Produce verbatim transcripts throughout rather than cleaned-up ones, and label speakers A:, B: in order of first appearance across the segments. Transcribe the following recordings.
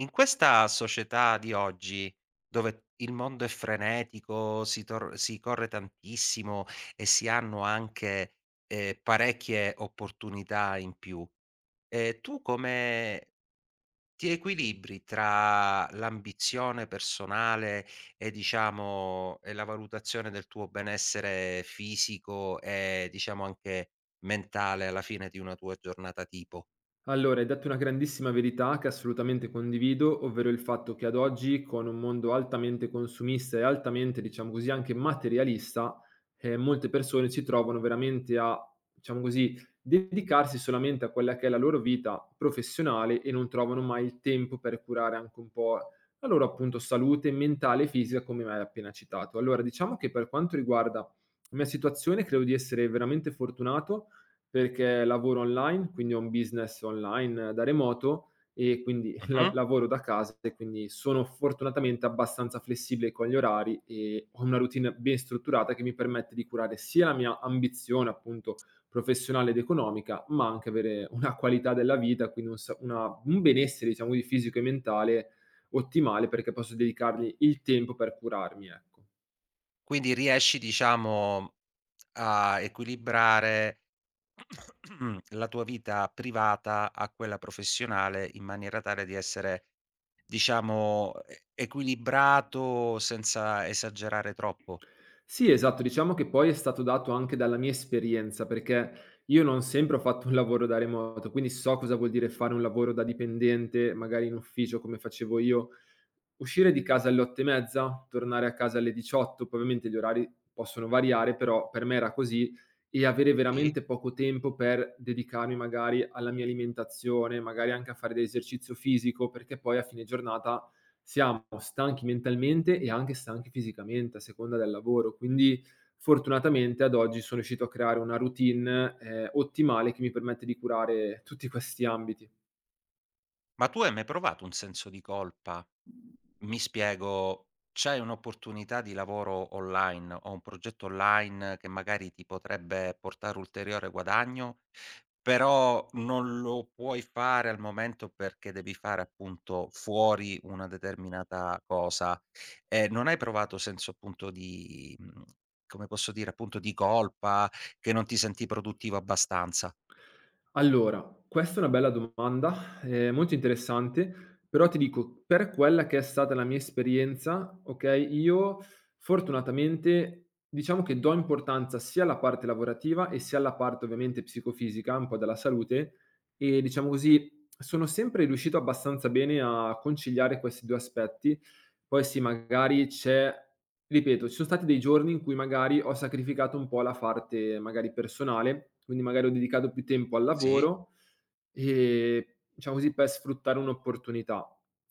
A: In questa società di oggi, dove il mondo è frenetico, si tor si corre tantissimo e si hanno anche, ehm, parecchie opportunità in più, ehm, tu come ti equilibri tra l'ambizione personale e diciamo e la valutazione del tuo benessere fisico e diciamo anche mentale alla fine di una tua giornata tipo?
B: Allora, hai detto una grandissima verità che assolutamente condivido, ovvero il fatto che ad oggi, con un mondo altamente consumista e altamente, diciamo così, anche materialista, eh, molte persone si trovano veramente a, diciamo così, dedicarsi solamente a quella che è la loro vita professionale e non trovano mai il tempo per curare anche un po' la loro appunto salute mentale e fisica, come mi hai appena citato. Allora, diciamo che per quanto riguarda la mia situazione, credo di essere veramente fortunato perché lavoro online, quindi ho un business online da remoto e quindi la
A: Mh-mh.
B: lavoro da casa e quindi sono fortunatamente abbastanza flessibile con gli orari e ho una routine ben strutturata che mi permette di curare sia la mia ambizione appunto professionale ed economica, ma anche avere una qualità della vita, quindi un sa una un benessere diciamo di fisico e mentale ottimale perché posso dedicargli il tempo per curarmi, ecco.
A: Quindi riesci diciamo a equilibrare la tua vita privata a quella professionale in maniera tale di essere diciamo e equilibrato senza esagerare troppo?
B: Sì, esatto. Diciamo che poi è stato dato anche dalla mia esperienza, perché io non sempre ho fatto un lavoro da remoto, quindi so cosa vuol dire fare un lavoro da dipendente, magari in ufficio come facevo io. Uscire di casa alle otto e mezza, tornare a casa alle diciotto, poi ovviamente gli orari possono variare, però per me era così, e avere
A: Sì?
B: veramente poco tempo per dedicarmi magari alla mia alimentazione, magari anche a fare dell'esercizio fisico, perché poi a fine giornata siamo stanchi mentalmente e anche stanchi fisicamente a seconda del lavoro. Quindi fortunatamente ad oggi sono riuscito a creare una routine, ehm, ottimale che mi permette di curare tutti questi ambiti.
A: Ma tu hai mai provato un senso di colpa. Mi spiego, c'è un'opportunità di lavoro online o un progetto online che magari ti potrebbe portare ulteriore guadagno, però non lo puoi fare al momento perché devi fare appunto fuori una determinata cosa. E non hai provato senso appunto di, mhmm, come posso dire, appunto di colpa, che non ti senti produttivo abbastanza?
B: Allora, questa è una bella domanda, ehm, molto interessante, però ti dico, per quella che è stata la mia esperienza, okay, io fortunatamente diciamo che do importanza sia alla parte lavorativa e sia alla parte ovviamente psicofisica, un po' della salute e diciamo così, sono sempre riuscito abbastanza bene a conciliare questi due aspetti. Poi sì, magari c'è ripeto, ci son stati dei giorni in cui magari ho sacrificato un po' la parte magari personale, quindi magari ho dedicato più tempo al
A: Sì?
B: lavoro, Ehm, diciamo così, per sfruttare un'opportunità.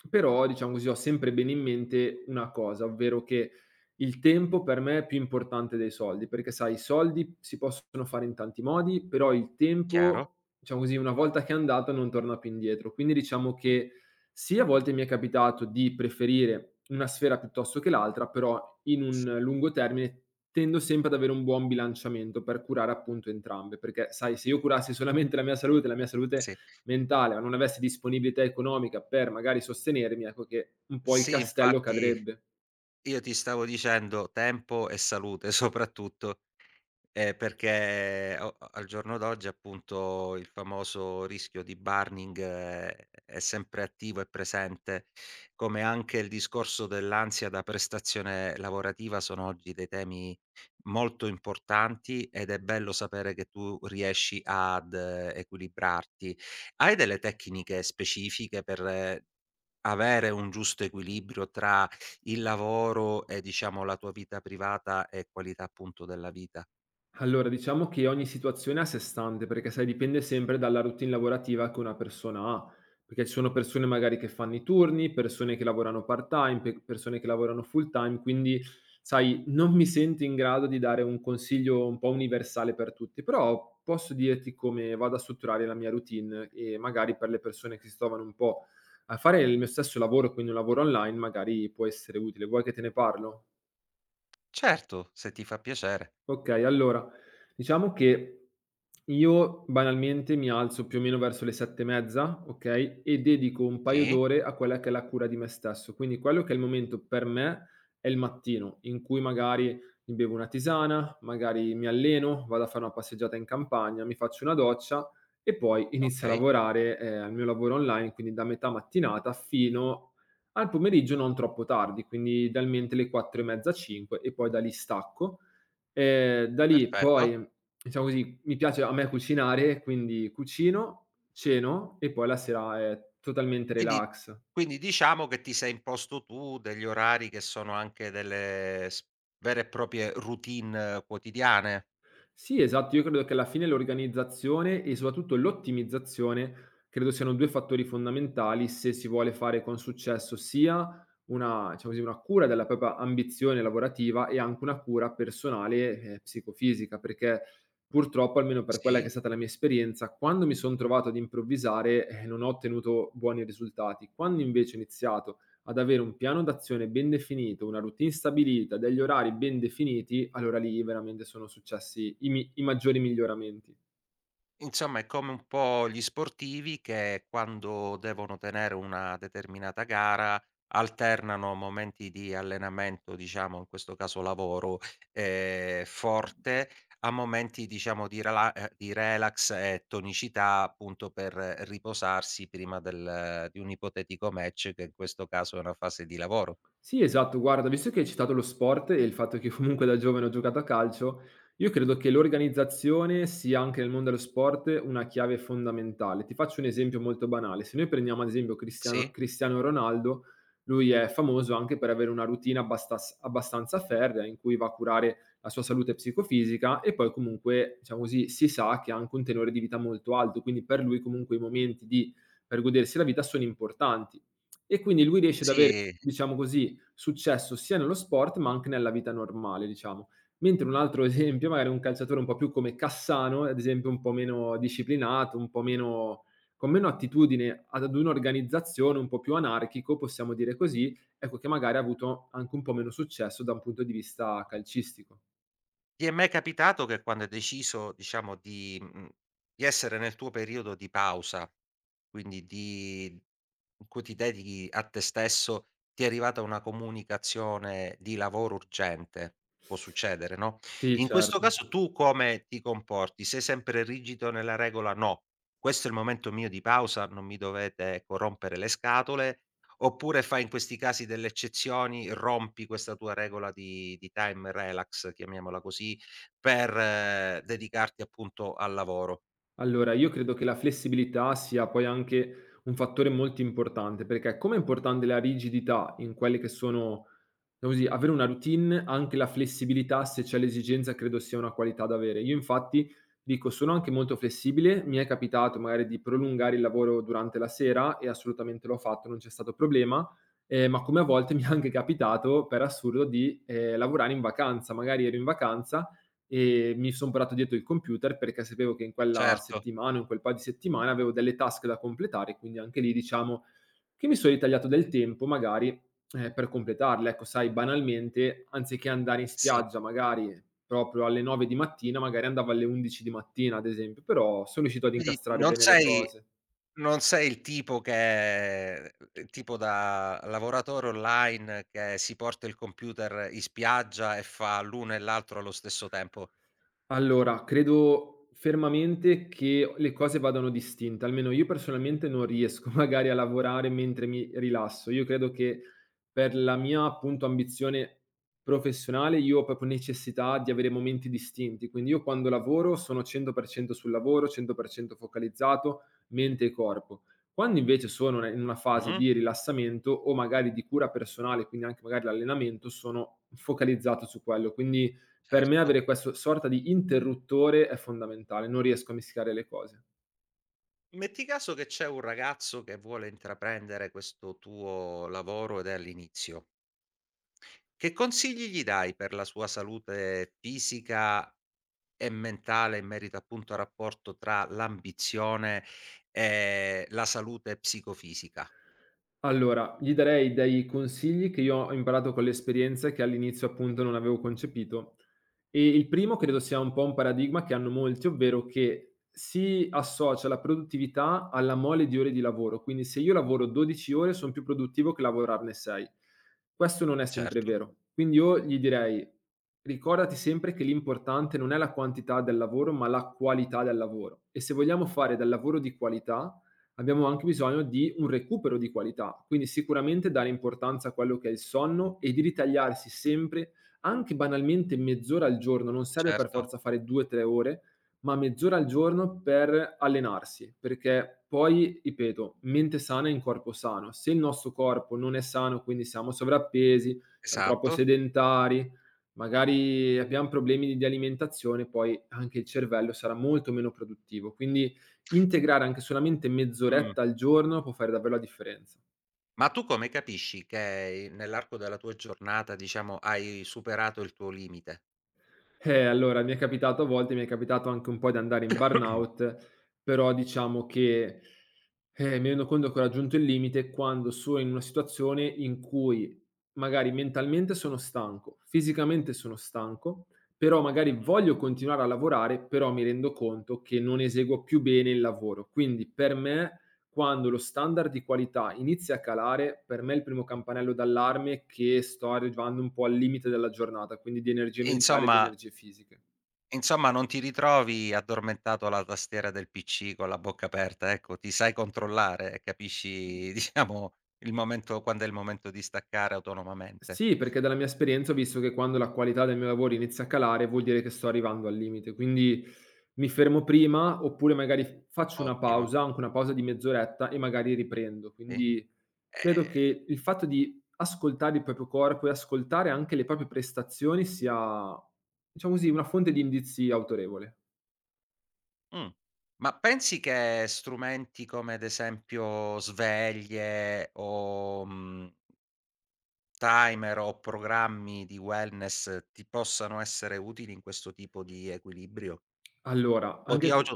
B: Però, diciamo così, ho sempre bene in mente una cosa, ovvero che il tempo per me è più importante dei soldi, perché sai i soldi si possono fare in tanti modi, però il
A: Chiaro?
B: tempo, diciamo così, una volta che è andato non torna più indietro. Quindi diciamo che sì, a volte mi è capitato di preferire una sfera piuttosto che l'altra, però in un lungo termine tendo sempre ad avere un buon bilanciamento per curare appunto entrambe, perché sai se io curassi solamente la mia salute, la mia salute
A: Sì.
B: mentale, ma non avessi disponibilità economica per magari sostenermi, ecco che un po' il
A: Sì,
B: castello
A: infatti
B: cadrebbe.
A: io ti stavo dicendo tempo e salute soprattutto, ehm, perché eh, o al giorno d'oggi appunto il famoso rischio di burning è è sempre attivo e presente, come anche il discorso dell'ansia da prestazione lavorativa sono oggi dei temi molto importanti ed è bello sapere che tu riesci ad eh, equilibrarti. Hai delle tecniche specifiche per eh, avere un giusto equilibrio tra il lavoro e diciamo la tua vita privata e qualità appunto della vita.
B: Allora, diciamo che ogni situazione è a sé stante, perché sai, dipende sempre dalla routine lavorativa che una persona ha, perché ci sono persone magari che fanno i turni, persone che lavorano part-time, pe- persone che lavorano full-time, quindi sai, non mi sento in grado di dare un consiglio un po' universale per tutti, però posso dirti come vado a strutturare la mia routine e magari per le persone che si trovano un po' a fare il mio stesso lavoro, quindi un lavoro online, magari può essere utile. Vuoi che te ne parlo?
A: Certo, se ti fa piacere.
B: Okay, allora diciamo che io banalmente mi alzo più o meno verso le sette e mezza, okay, e dedico un paio
A: Sì,
B: d'ore a quella che è la cura di me stesso. Quindi quello che è il momento per me è il mattino, in cui magari mi bevo una tisana, magari mi alleno, vado a fare una passeggiata in campagna, mi faccio una doccia e poi inizio a
A: okay,
B: lavorare, ehm, al mio lavoro online, quindi da metà mattinata fino al pomeriggio non troppo tardi, quindi idealmente le quattro e mezza, cinque e poi da lì stacco. Ehm, da lì
A: perfetto.
B: poi, diciamo così, mi piace a me cucinare, quindi cucino, ceno e poi la sera è totalmente
A: Quindi
B: relax.
A: quindi diciamo che ti sei imposto tu degli orari che sono anche delle s vere e proprie routine quotidiane?
B: Sì, esatto. Io credo che alla fine l'organizzazione e soprattutto l'ottimizzazione credo siano due fattori fondamentali se si vuole fare con successo sia una diciamo così, una cura della propria ambizione lavorativa e anche una cura personale e psicofisica, perché purtroppo, almeno per quella che è
A: Sì.
B: stata la mia esperienza, quando mi son trovato ad improvvisare, eh, non ho ottenuto buoni risultati. Quando invece ho iniziato ad avere un piano d'azione ben definito, una routine stabilita, degli orari ben definiti, allora lì veramente sono successi i, mi- i maggiori miglioramenti.
A: Insomma, è come un po' gli sportivi che quando devono tenere una determinata gara alternano momenti di allenamento, diciamo in questo caso lavoro, ehm, forte a momenti diciamo di rela ehm, di relax e tonicità appunto per riposarsi prima del di un ipotetico match che in questo caso è una fase di lavoro.
B: Sì, esatto. Guarda, visto che hai citato lo sport e il fatto che comunque da giovane ho giocato a calcio, io credo che l'organizzazione sia anche nel mondo dello sport una chiave fondamentale. Ti faccio un esempio molto banale. Se noi prendiamo ad esempio Cristiano,
A: Sì?
B: Cristiano Ronaldo, lui è famoso anche per avere una routine abbastas- abbastanza ferrea in cui va a curare la sua salute psicofisica e poi comunque, diciamo così, si sa che ha anche un tenore di vita molto alto, quindi per lui comunque i momenti di, per godersi la vita sono importanti. E quindi lui riesce ad avere,
A: Sì,
B: diciamo così, successo sia nello sport ma anche nella vita normale, diciamo. Mentre un altro esempio, magari un calciatore un po' più come Cassano, ad esempio un po' meno disciplinato, un po' meno con meno attitudine ad un'organizzazione, un po' più anarchico, possiamo dire così, ecco che magari ha avuto anche un po' meno successo da un punto di vista calcistico.
A: ti è mai capitato che quando hai deciso diciamo di mhmm, di essere nel tuo periodo di pausa. Quindi di In cui ti dedichi a te stesso, ti è arrivata una comunicazione di lavoro urgente, può succedere, no,
B: Sì,
A: in questo
B: certo.
A: caso tu come ti comporti? Sei sempre rigido nella regola: "No, questo è il momento mio di pausa, non mi dovete, ecco, rompere le scatole", oppure fai in questi casi delle eccezioni, rompi questa tua regola di di time relax, chiamiamola così, per eh, dedicarti appunto al lavoro?
B: Allora, io credo che la flessibilità sia poi anche un fattore molto importante, perché come è importante la rigidità in quelle che sono. Diciamo così, avere una routine, anche la flessibilità se c'è l'esigenza credo sia una qualità da avere. Io infatti, dico, sono anche molto flessibile, mi è capitato magari di prolungare il lavoro durante la sera e assolutamente l'ho fatto, non c'è stato problema, ehm, ma come a volte mi è anche capitato, per assurdo, di, ehm, lavorare in vacanza. Magari ero in vacanza e mi son parato dietro il computer perché sapevo che in quella
A: Certo,
B: settimana, in quel paio di settimane avevo delle task da completare, quindi anche lì diciamo che mi so ritagliato del tempo magari eh, per completarle, ecco, sai, banalmente, anziché andare in
A: sì.
B: spiaggia magari proprio alle nove di mattina, magari andavo alle undici di mattina, ad esempio, però son riuscito ad
A: Quindi
B: incastrare
A: non
B: bene le
A: sei
B: cose.
A: Non sei il tipo che il tipo da lavoratore online che si porta il computer in spiaggia e fa l'uno e l'altro allo stesso tempo.
B: Allora, credo fermamente che le cose vadano distinte, almeno io personalmente non riesco magari a lavorare mentre mi rilasso. Io credo che per la mia appunto ambizione professionale io ho proprio necessità di avere momenti distinti, quindi io quando lavoro sono cento per cento sul lavoro, cento per cento focalizzato, mente e corpo. Quando invece sono in una fase
A: Mh-mh.
B: di rilassamento o magari di cura personale, quindi anche magari l'allenamento, sono focalizzato su quello. Quindi per me
A: Certo.
B: avere questa sorta di interruttore è fondamentale, non riesco a mischiare le cose.
A: Metti caso che c'è un ragazzo che vuole intraprendere questo tuo lavoro ed è all'inizio. Che consigli gli dai per la sua salute fisica e mentale in merito appunto al rapporto tra l'ambizione e la salute psicofisica?
B: Allora, gli darei dei consigli che io ho imparato con l'esperienza e che all'inizio appunto non avevo concepito. E il primo credo sia un po' un paradigma che hanno molti, ovvero che si associa la produttività alla mole di ore di lavoro. Quindi se io lavoro dodici ore sono più produttivo che lavorarne sei. Questo non è sempre
A: Certo,
B: vero. Quindi io gli direi, ricordati sempre che l'importante non è la quantità del lavoro, ma la qualità del lavoro. E se vogliamo fare del lavoro di qualità, abbiamo anche bisogno di un recupero di qualità, quindi sicuramente dare importanza a quello che è il sonno e di ritagliarsi sempre, anche banalmente mezz'ora al giorno, non serve per
A: certo.
B: forza fare due, tre ore, ma mezz'ora al giorno per allenarsi, perché poi, ripeto, mente sana in corpo sano. Se il nostro corpo non è sano, quindi siamo sovrappesi, siamo troppo
A: Esatto.
B: sedentari, magari abbiamo problemi di alimentazione, poi anche il cervello sarà molto meno produttivo. Quindi integrare anche solamente
A: Mh.
B: mezz'oretta al giorno può fare davvero la differenza.
A: Ma tu come capisci che ehm, nell'arco della tua giornata, diciamo, hai superato il tuo limite?
B: Eh, allora mi è capitato a volte, mi è capitato anche un po' di andare in burnout, però diciamo che, eh, mi rendo conto che ho raggiunto il limite quando sono in una situazione in cui magari mentalmente sono stanco, fisicamente sono stanco, però magari
A: Mh-mh.
B: voglio continuare a lavorare, però mi rendo conto che non eseguo più bene il lavoro. Quindi per me Quando lo standard di qualità inizia a calare, per me è il primo campanello d'allarme è che sto arrivando un po' al limite della giornata, quindi di energie mentali e di
A: Insomma
B: energie fisiche.
A: insomma non ti ritrovi addormentato alla tastiera del P C con la bocca aperta, ecco, ti sai controllare e capisci diciamo il momento quando è il momento di staccare autonomamente.
B: Sì, perché dalla mia esperienza ho visto che quando la qualità del mio lavoro inizia a calare vuol dire che sto arrivando al limite, quindi mi fermo prima oppure magari f faccio una
A: Ottimo,
B: pausa, anche una pausa di mezz'oretta e magari riprendo.
A: sì.
B: Quindi credo
A: Ehm,
B: che il fatto di ascoltare il proprio corpo e ascoltare anche le proprie prestazioni sia, diciamo così, una fonte di indizi autorevole.
A: mh. Ma pensi che strumenti come ad esempio sveglie o, mhmm timer o programmi di wellness ti possano essere utili in questo tipo di equilibrio?
B: Allora,
A: O ti
B: anche q
A: auto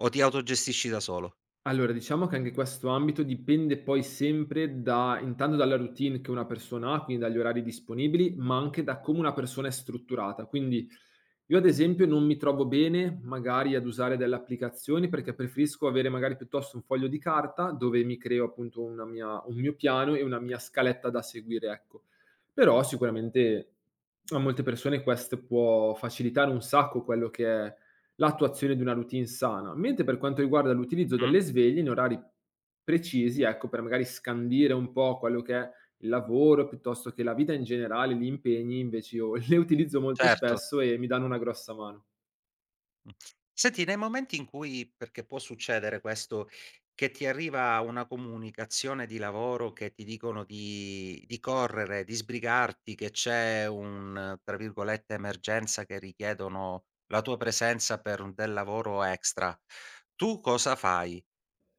A: o ti autogestisci da solo?
B: allora diciamo che anche questo ambito dipende poi sempre da intanto dalla routine che una persona ha, quindi dagli orari disponibili, ma anche da come una persona è strutturata. Quindi io ad esempio non mi trovo bene magari ad usare delle applicazioni perché preferisco avere magari piuttosto un foglio di carta dove mi creo appunto una mia un mio piano e una mia scaletta da seguire, ecco. Però sicuramente a molte persone questo può facilitare un sacco quello che è l'attuazione di una routine sana, mentre per quanto riguarda l'utilizzo
A: Mh-mh.
B: delle sveglie in orari precisi, ecco, per magari scandire un po' quello che è il lavoro, piuttosto che la vita in generale, gli impegni, invece io le utilizzo molto
A: Certo.
B: spesso e mi danno una grossa mano.
A: Mh. Senti, nei momenti in cui perché può succedere questo, che ti arriva una comunicazione di lavoro che ti dicono di di correre, di sbrigarti, che c'è un, tra virgolette, "emergenza" che richiedono la tua presenza per un del lavoro extra, tu cosa fai?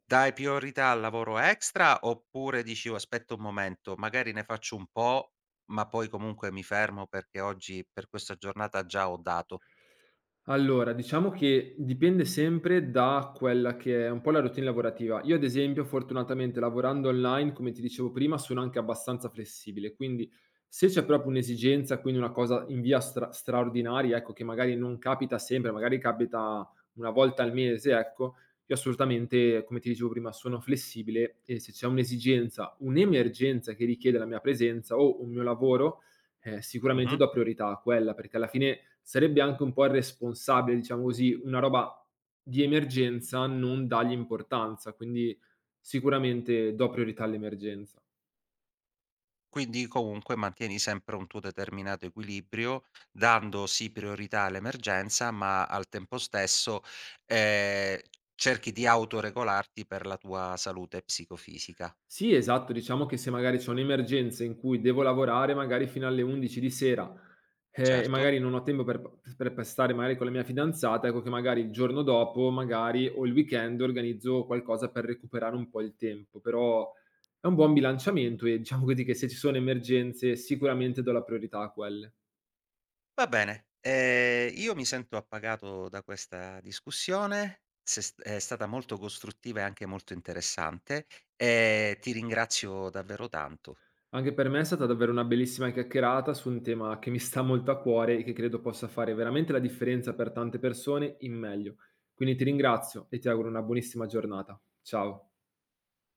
A: Dai priorità al lavoro extra oppure dici: "Oh, aspetta un momento, magari ne faccio un po', ma poi comunque mi fermo perché oggi per questa giornata già ho dato."
B: Allora, diciamo che dipende sempre da quella che è un po' la routine lavorativa. Io ad esempio, fortunatamente lavorando online, come ti dicevo prima, sono anche abbastanza flessibile, quindi se c'è proprio un'esigenza, quindi una cosa in via stra- straordinaria, ecco, che magari non capita sempre, magari capita una volta al mese, ecco, io assolutamente, come ti dicevo prima, sono flessibile e se c'è un'esigenza, un'emergenza che richiede la mia presenza o un mio lavoro, eh, sicuramente
A: Mh-mh.
B: do priorità a quella, perché alla fine sarebbe anche un po' irresponsabile, diciamo così, una roba di emergenza non dargli importanza, quindi sicuramente do priorità all'emergenza.
A: Quindi comunque mantieni sempre un tuo determinato equilibrio, dando sì priorità all'emergenza, ma al tempo stesso, ehm, cerchi di autoregolarti per la tua salute psicofisica.
B: Sì, esatto. Diciamo che se magari c'ho un'emergenza in cui devo lavorare magari fino alle undici di sera, ehm, e
A: Certo.
B: magari non ho tempo per p per per stare magari con la mia fidanzata, ecco che magari il giorno dopo, magari o il weekend organizzo qualcosa per recuperare un po' il tempo. Però è un buon bilanciamento e diciamo così che se ci sono emergenze sicuramente do la priorità a quelle.
A: Va bene, ehm, io mi sento appagato da questa discussione, se s è stata molto costruttiva e anche molto interessante, e ti ringrazio davvero tanto.
B: Anche per me è stata davvero una bellissima chiacchierata su un tema che mi sta molto a cuore e che credo possa fare veramente la differenza per tante persone in meglio. Quindi ti ringrazio e ti auguro una buonissima giornata. Ciao.